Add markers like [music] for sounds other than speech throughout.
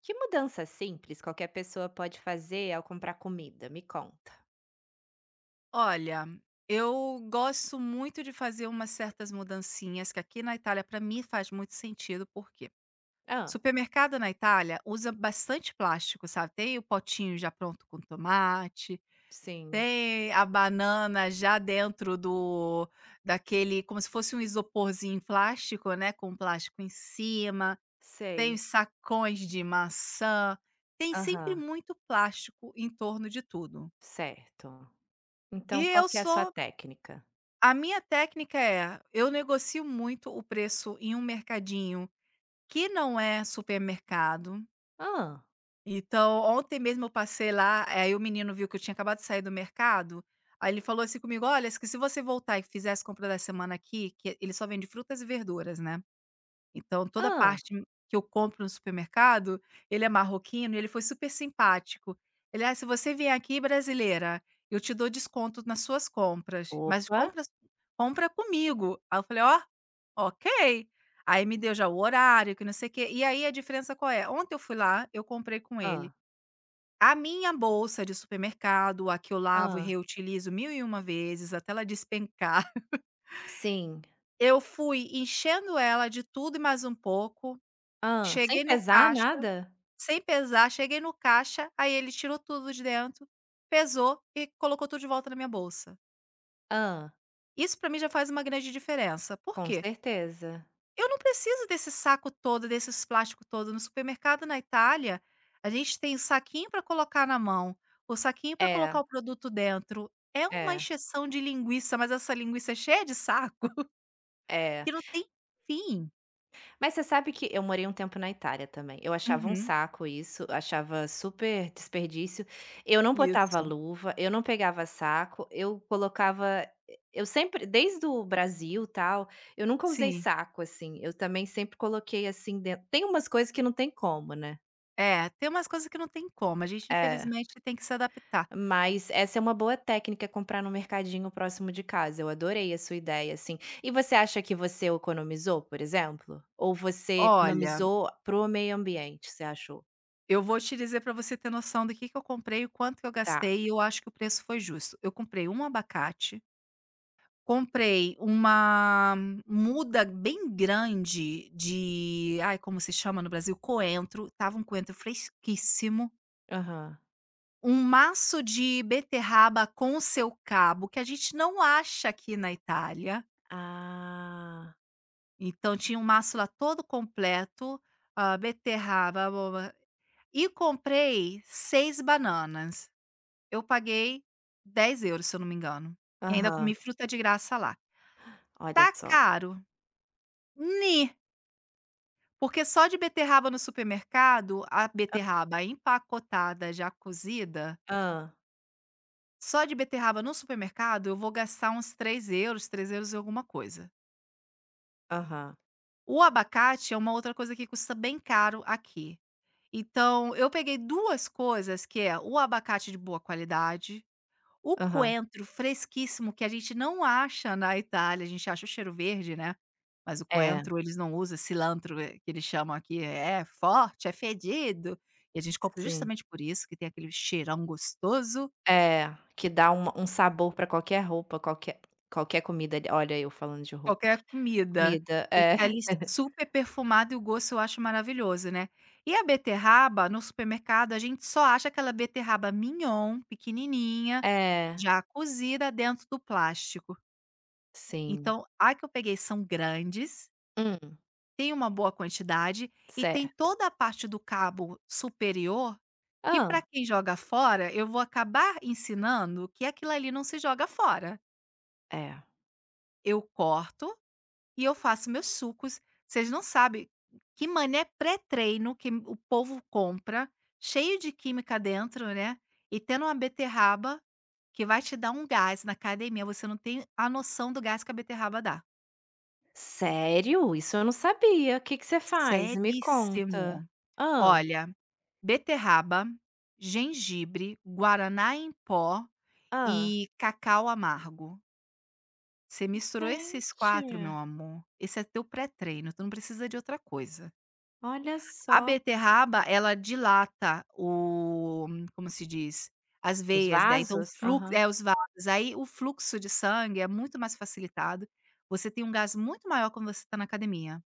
Que mudança simples qualquer pessoa pode fazer ao comprar comida? Me conta. Olha, eu gosto muito de fazer umas certas mudancinhas que aqui na Itália para mim faz muito sentido, porque Ah, supermercado na Itália usa bastante plástico, sabe? Tem o potinho já pronto com tomate, sim, tem a banana já dentro do daquele como se fosse um isoporzinho em plástico, né, com plástico em cima, tem os sei. sacões de maçã, tem sempre Aham, muito plástico em torno de tudo. certo. E Então qual eu que é a sua sou técnica? A minha técnica é, eu negocio muito o preço em um mercadinho que não é supermercado. Ah, Então, ontem mesmo eu passei lá, aí o menino viu que eu tinha acabado de sair do mercado, aí ele falou assim comigo: "Olha, que se você voltar e fizer as compras da semana aqui", que ele só vende frutas e verduras, né. Então toda a ah, parte que eu compro no supermercado, ele é marroquino e ele foi super simpático. Ele: "Ah, se você vier aqui, brasileira, eu te dou desconto nas suas compras, mas opa, compra comigo". Aí eu falei: "Ó, ok". Aí me deu já o horário, que não sei o quê. E aí a diferença qual é? Ontem eu fui lá, eu comprei com ele ah, a minha bolsa de supermercado, a que eu lavo e ah, reutilizo 1001 vezes até ela despencar. [laughs] sim, Eu fui enchendo ela de tudo e mais um pouco, ah, sem cheguei no pesar caixa nada? sem pesar, cheguei no caixa, aí ele tirou tudo de dentro, pesou e colocou tudo de volta na minha bolsa. Ah, Isso pra mim já faz uma grande diferença. Por com quê? certeza. Eu não preciso desse saco todo, desses plástico todo. No supermercado na Itália, a gente tem o saquinho para colocar na mão, o saquinho para É, colocar o produto dentro. É uma é, encheção de linguiça, mas essa linguiça é cheia de saco é. que não tem fim. Mas você sabe que eu morei um tempo na Itália também. Eu achava um Uhum, saco isso, achava super desperdício. Eu não botava isso, luva, eu não pegava saco, eu colocava eu sempre desde o Brasil, tal, eu nunca usei sim. saco, assim, eu também sempre coloquei, assim, dentro tem umas coisas que não tem como, né. É, tem umas coisas que não tem como, a gente É. infelizmente tem que se adaptar. Mas essa é uma boa técnica comprar no mercadinho próximo de casa. Eu adorei a sua ideia, assim. E você acha que você economizou, por exemplo? Ou você Olha, economizou pro meio ambiente, você achou? eu vou te dizer pra você ter noção do que eu comprei, o quanto que eu Tá. gastei e eu acho que o preço foi justo. Eu comprei um abacate, comprei uma muda bem grande de como se chama no Brasil? Coentro. Tava um coentro fresquíssimo, Aham. um maço de beterraba com seu cabo, que a gente não acha aqui na Itália, Ah. então tinha um maço lá todo completo, beterraba, blá, blá, blá, e comprei 6 bananas. Eu paguei 10 euros, se eu não me engano, e ainda Aham. comi fruta de graça lá. Olha Tá só. caro? Ni, porque só de beterraba no supermercado, a beterraba empacotada já cozida, Ah, só de beterraba no supermercado eu vou gastar uns 3 euros, 3 euros e alguma coisa. aham. O abacate é uma outra coisa que custa bem caro aqui. Então eu peguei 2 coisas que é o abacate de boa qualidade. O Aham. coentro fresquíssimo que a gente não acha na Itália, a gente acha o cheiro verde, né, mas o É, coentro eles não usa cilantro, que eles chamam aqui, é forte, é fedido, e a gente compra sim. justamente por isso, que tem aquele cheirão gostoso, É, que dá uma um sabor pra qualquer roupa, qualquer qualquer comida, olha eu falando de roupa. qualquer comida. Comida, Fica é. ali [laughs] super perfumado e o gosto eu acho maravilhoso, né. E a beterraba no supermercado a gente só acha aquela beterraba mignon, pequenininha, É, já cozida dentro do plástico. sim. Então, a que eu peguei são grandes. Hum, Tem uma boa quantidade e tem certo. toda a parte do cabo superior, que para Ah, quem joga fora, eu vou acabar ensinando que aquilo ali não se joga fora. é. Eu corto e eu faço meus sucos. Vocês não sabem que mané pré-treino que o povo compra, cheio de química dentro, né, e tendo uma beterraba que vai te dar um gás na academia, você não tem a noção do gás que a beterraba dá. Sério? Isso eu não sabia. O que que você faz? Me conta. Seríssimo. Ah, Olha, beterraba, gengibre, guaraná em pó ah. e cacau amargo. Você misturou esses Gente, 4, meu amor, esse é teu pré-treino, tu não precisa de outra coisa. olha A só. beterraba, ela dilata o, como se diz? As Os veias, né, então o vasos? fluxo Aham. é, os vasos, aí o fluxo de sangue é muito mais facilitado, você tem um gás muito maior quando você está na academia.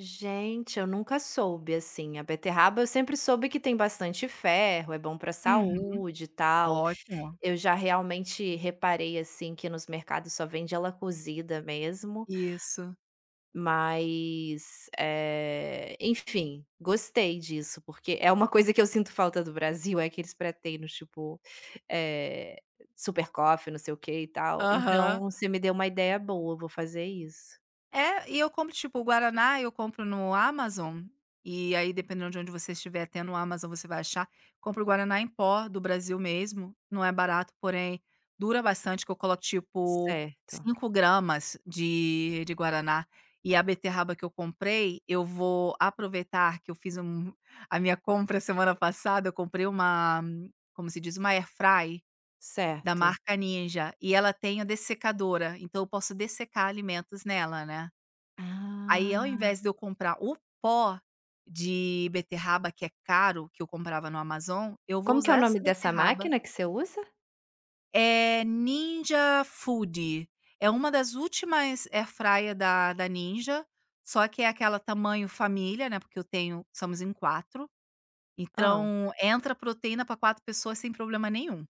Gente, eu nunca soube, assim. A beterraba eu sempre soube que tem bastante ferro, é bom para Uhum. saúde e tal. Ótimo. Eu já realmente reparei, assim, que nos mercados só vende ela cozida mesmo. Isso. Mas, enfim, gostei disso, porque é uma coisa que eu sinto falta do Brasil, é aqueles pré-treinos, tipo, eh, Super Coffee, não sei o que e tal. Então Aham. você me deu uma ideia boa, eu vou fazer isso. É, e eu compro, tipo, o guaraná eu compro no Amazon, e aí dependendo de onde você estiver, até no Amazon você vai achar. Compro o guaraná em pó do Brasil mesmo, não é barato, porém dura bastante, que eu coloco, tipo, Certo, 5 gramas de guaraná. E a beterraba que eu comprei, eu vou aproveitar que eu fiz a minha compra semana passada, eu comprei uma como se diz? Uma air fry da certo. marca Ninja, e ela tem a dessecadora, então eu posso dessecar alimentos nela, né. Aí ao Ah, invés de eu comprar o pó de beterraba que é caro, que eu comprava no Amazon, eu vou como que é usar o essa nome dessa beterraba. máquina que você usa? É Ninja Food, é uma das últimas airfryer da Ninja, só que é aquela tamanho família, né, porque eu tenho somos em quatro, Hã. então entra proteína para 4 pessoas sem problema nenhum.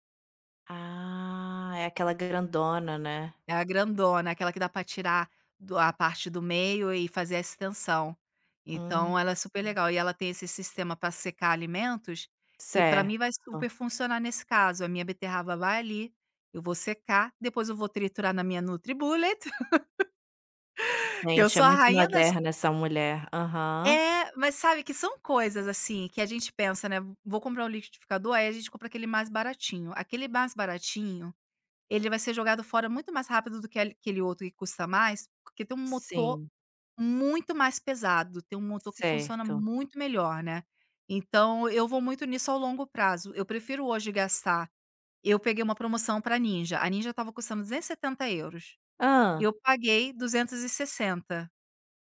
Ah, é aquela grandona, né. É a grandona, aquela que dá pra tirar do a parte do meio e fazer a extensão. Então Hum, ela é super legal e ela tem esse sistema para secar alimentos, que para mim certo. vai super funcionar nesse caso, a minha beterraba vai ali, eu vou secar, depois eu vou triturar na minha NutriBullet. [laughs] Que eu Gente, é sou a muito rainha das moderna essa mulher. Aham, é, mas sabe que são coisas, assim, que a gente pensa, né, vou comprar um liquidificador, aí a gente compra aquele mais baratinho. Aquele mais baratinho, ele vai ser jogado fora muito mais rápido do que aquele outro que custa mais, porque tem um motor sim. muito mais pesado, tem um motor que funciona Certo. muito melhor, né. Então eu vou muito nisso ao longo prazo, eu prefiro hoje gastar eu peguei uma promoção para Ninja, a Ninja estava custando 270 euros, Hã. eu paguei 260,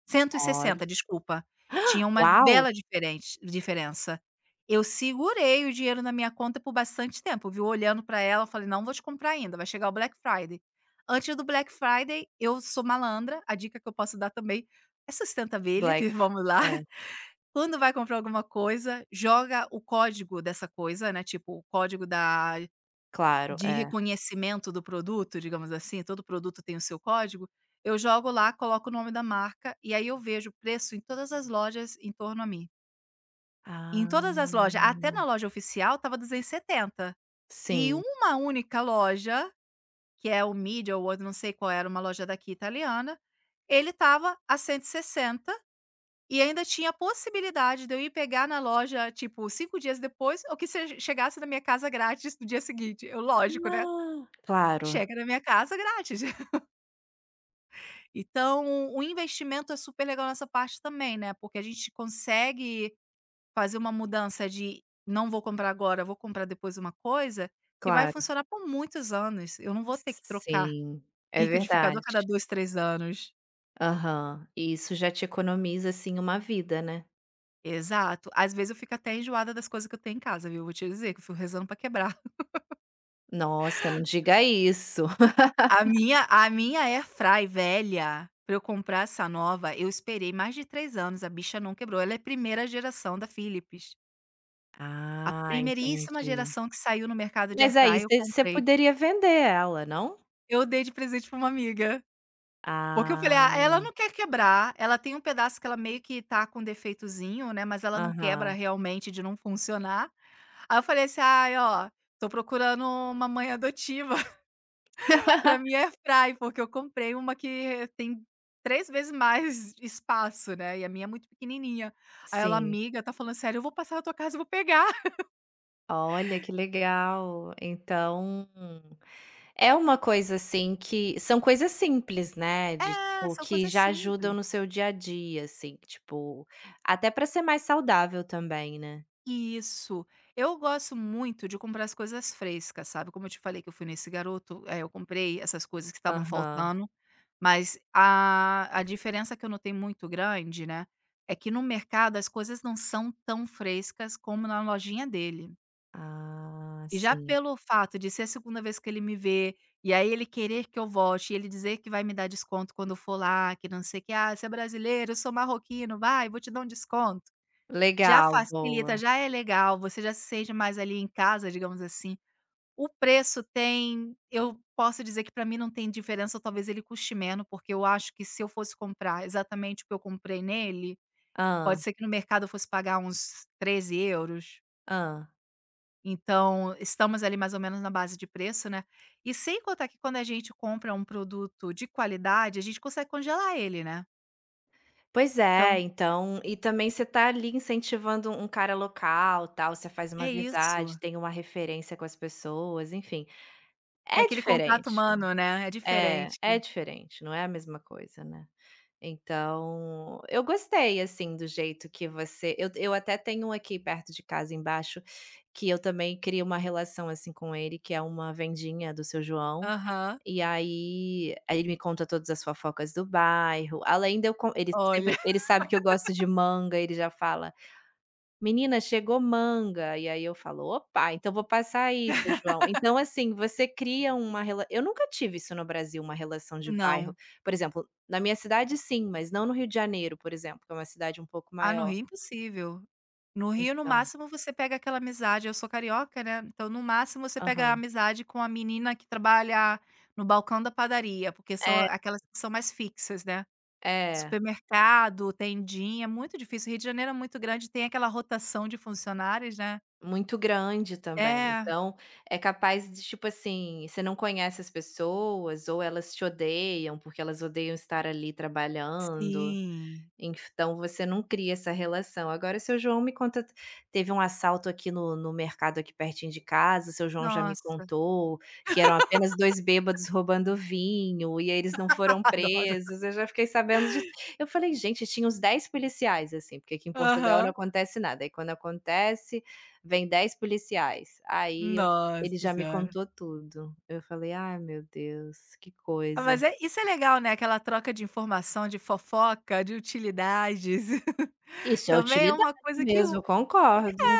cento e Olha, sessenta, desculpa. Tinha uma uau! bela diferente diferença. Eu segurei o dinheiro na minha conta por bastante tempo, viu, olhando para ela, eu falei: "Não vou te comprar ainda, vai chegar o Black Friday". Antes do Black Friday, eu sou malandra, a dica que eu posso dar também é Black, sustentability, [laughs] vamos lá. é, Quando vai comprar alguma coisa, joga o código dessa coisa, né, tipo, o código da claro, de é. reconhecimento do produto, digamos assim, todo produto tem o seu código, eu jogo lá, coloco o nome da marca e aí eu vejo o preço em todas as lojas em torno a mim. Em Ah, todas as lojas, até na loja oficial estava 270. E setenta. E sim. uma única loja, que é o Media ou outro, não sei qual era, uma loja daqui italiana, ele estava a 160 e sessenta e ainda tinha a possibilidade de eu ir pegar na loja, tipo, 5 dias depois, ou que se chegasse na minha casa grátis no dia seguinte. Eu, lógico, né? Ah, claro, Chega na minha casa grátis. [laughs] Então, o investimento é super legal nessa parte também, né, porque a gente consegue fazer uma mudança de: "Não vou comprar agora, vou comprar depois uma coisa", que vai claro. funcionar por muitos anos. Eu não vou ter que trocar Sim, é liquidificador verdade. a cada 2 3 anos. Aham. E isso já te economiza, assim, uma vida, né. Exato. Às vezes eu fico até enjoada das coisas que eu tenho em casa, viu, vou te dizer que eu fico rezando pra quebrar. Nossa, não diga isso. [laughs] A minha airfry velha, pra eu comprar essa nova, eu esperei mais de 3 anos, a bicha não quebrou. Ela é primeira geração da Philips. A Ah, primeiríssima entendi. geração que saiu no mercado de air Mas aí fryer eu você comprei. poderia vender ela, não? Eu dei de presente pra uma amiga, porque eu falei: Ah, "Ah, ela não quer quebrar, ela tem um pedaço que ela meio que tá com defeitozinho, né, mas ela não quebra aham. realmente de não funcionar". Aí eu falei assim: "Ai, ó, tô procurando uma mãe adotiva [laughs] pra [laughs] minha air fry, porque eu comprei uma que tem 3 vezes mais espaço, né, e a minha é muito pequenininha". Aí ela: Sim. "Amiga, tá falando sério? Eu vou passar na tua casa e vou pegar". [laughs] Olha, que legal. Então, é uma coisa, assim, que são coisas simples, né, de É, tipo, são que coisas já ajudam simples. no seu dia a dia, assim, tipo, até para ser mais saudável também, né? Isso. Eu gosto muito de comprar as coisas frescas, sabe, como eu te falei que eu fui nesse garoto, eu comprei essas coisas que estavam Aham. faltando, mas a diferença que eu notei muito grande, né, é que no mercado as coisas não são tão frescas como na lojinha dele. Ah, E já sim. pelo fato de ser a segunda vez que ele me vê, e aí ele querer que eu volte, e ele dizer que vai me dar desconto quando eu for lá, que não sei o que: "Ah, você é brasileiro, eu sou marroquino, vai, vou te dar um desconto". Já Legal, facilita, boa. já é legal, você já se sente mais ali em casa, digamos assim. O preço tem eu posso dizer que para mim não tem diferença, ou talvez ele custe menos, porque eu acho que se eu fosse comprar exatamente o que eu comprei nele, pode Ah, ser que no mercado eu fosse pagar uns 13 euros. ah. Então, estamos ali mais ou menos na base de preço, né. E sem contar que quando a gente compra um produto de qualidade, a gente consegue congelar ele, né. Pois Então é, então e também você tá ali incentivando um cara local, tal, você faz uma é isso, amizade, tem uma referência com as pessoas, enfim, tem é aquele contato diferente. humano, né, é É, diferente. é diferente, não é a mesma coisa, né. Então, eu gostei, assim, do jeito que você, eu até tenho um aqui perto de casa embaixo, que eu também crio uma relação, assim, com ele, que é uma vendinha do Seu João, Aham, e aí ele me conta todas as fofocas do bairro, além de eu con ele olha. sempre ele sabe que eu gosto de manga, ele já fala: menina, chegou manga, e aí eu falo: "Opa, então vou passar isso, João". Então, assim, você cria uma rela eu nunca tive isso no Brasil, uma relação de Não. bairro. Por exemplo, na minha cidade sim, mas não no Rio de Janeiro, por exemplo, que é uma cidade um pouco Ah, no maior. Rio é impossível. No Rio, no Então, máximo, você pega aquela amizade eu sou carioca, né, então no máximo você pega a aham. amizade com a menina que trabalha no balcão da padaria, porque são É, aquelas que são mais fixas, né. é. Supermercado, tendinha, é muito difícil. O Rio de Janeiro é muito grande, tem aquela rotação de funcionários, né. Muito grande também. É, Então, é capaz de, tipo assim, você não conhece as pessoas ou elas te odeiam, porque elas odeiam estar ali trabalhando. sim. Então você não cria essa relação. Agora seu João me conta teve um assalto aqui no mercado aqui pertinho de casa, seu João já me Nossa, [laughs] contou, que eram apenas 2 bêbados roubando vinho, e aí eles não foram adoro. presos, eu já fiquei sabendo de eu falei: "Gente, tinha uns 10 policiais, assim", porque aqui em Portugal não Aham. acontece nada, aí quando acontece, vem 10 policiais. Aí eu, ele Nossa já me senhora. contou tudo. Eu falei: "Ai meu Deus, que Ah, mas coisa". é isso é legal, né, aquela troca de informação, de fofoca, de utilidades. [laughs] Isso é Também é utilidade uma coisa que mesmo, o eu concordo.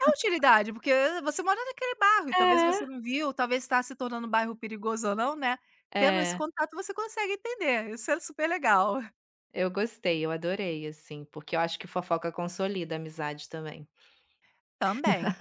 é utilidade, porque você mora naquele bairro e talvez você É. não viu, talvez está se tornando um bairro perigoso ou não, né. Tendo esse É, contato você consegue entender, isso é super legal, [laughs] eu gostei, eu adorei, assim, porque eu acho que fofoca consolida a amizade também. também.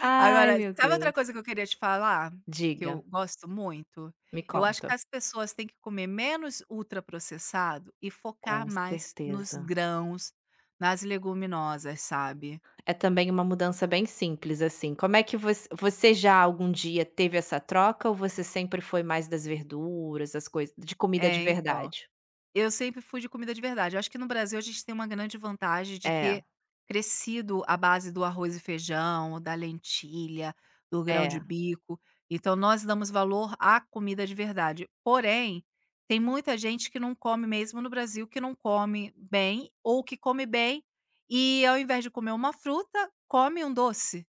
Ai, Agora, meu sabe outra Deus. coisa que eu queria te falar, que eu Diga, gosto muito? me Eu acho que conta. as pessoas têm que comer menos ultraprocessado e focar Com mais nos certeza. grãos, nas leguminosas, sabe. É também uma mudança bem simples, assim. Como é que você já algum dia teve essa troca ou você sempre foi mais das verduras, as coisas de comida É, de então. verdade? Eu sempre fui de comida de verdade. Eu acho que no Brasil a gente tem uma grande vantagem de É, ter crescido à base do arroz e feijão, da lentilha, do grão de é, bico. Então nós damos valor à comida de verdade. Porém, tem muita gente que não come mesmo no Brasil, que não come bem ou que come bem e ao invés de comer uma fruta, come um doce.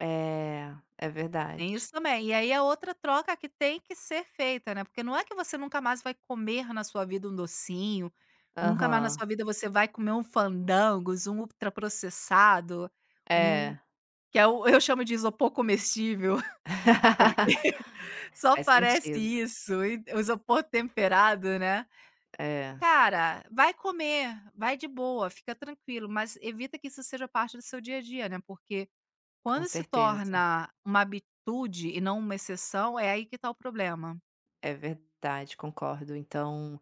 é, é Tem isso verdade. também. E aí é outra troca que tem que ser feita, né, porque não é que você nunca mais vai comer na sua vida um docinho, nunca mais na Aham, sua vida você vai comer um fandangos, um ultraprocessado, um é. que é o eu chamo de isopor comestível, [laughs] porque [laughs] só Faz parece sentido. isso, e o isopor temperado, né. É, Cara, vai comer, vai de boa, fica tranquilo, mas evita que isso seja parte do seu dia a dia, né, porque com quando se certeza. torna uma habitude e não uma exceção, é aí que está o problema. É verdade, concordo. Então,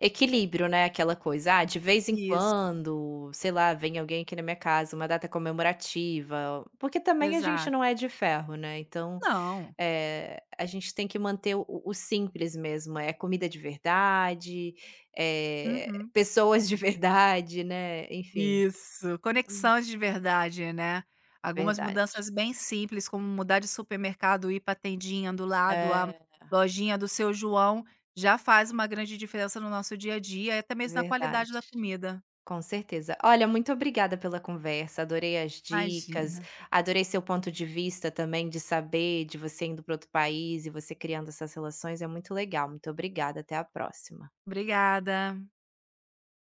equilíbrio, né, aquela coisa, ah, de vez em Isso, quando, sei lá, vem alguém aqui na minha casa, uma data comemorativa, porque também a gente não exato. é de ferro, né, então, Não. é a gente tem que manter o simples mesmo, é comida de verdade, [laughs] Uhum. pessoas de verdade, né, enfim. Isso, Hum, conexões de verdade, né. Algumas verdade. mudanças bem simples, como mudar de supermercado, ir para a tendinha do lado, a É, lojinha do seu João, já faz uma grande diferença no nosso dia a dia e até mesmo na verdade. qualidade da comida. Com certeza. Olha, muito obrigada pela conversa, adorei as dicas, Imagina. adorei seu ponto de vista também de saber de você indo para outro país e você criando essas relações, é muito legal. Muito obrigada, até a próxima. Obrigada.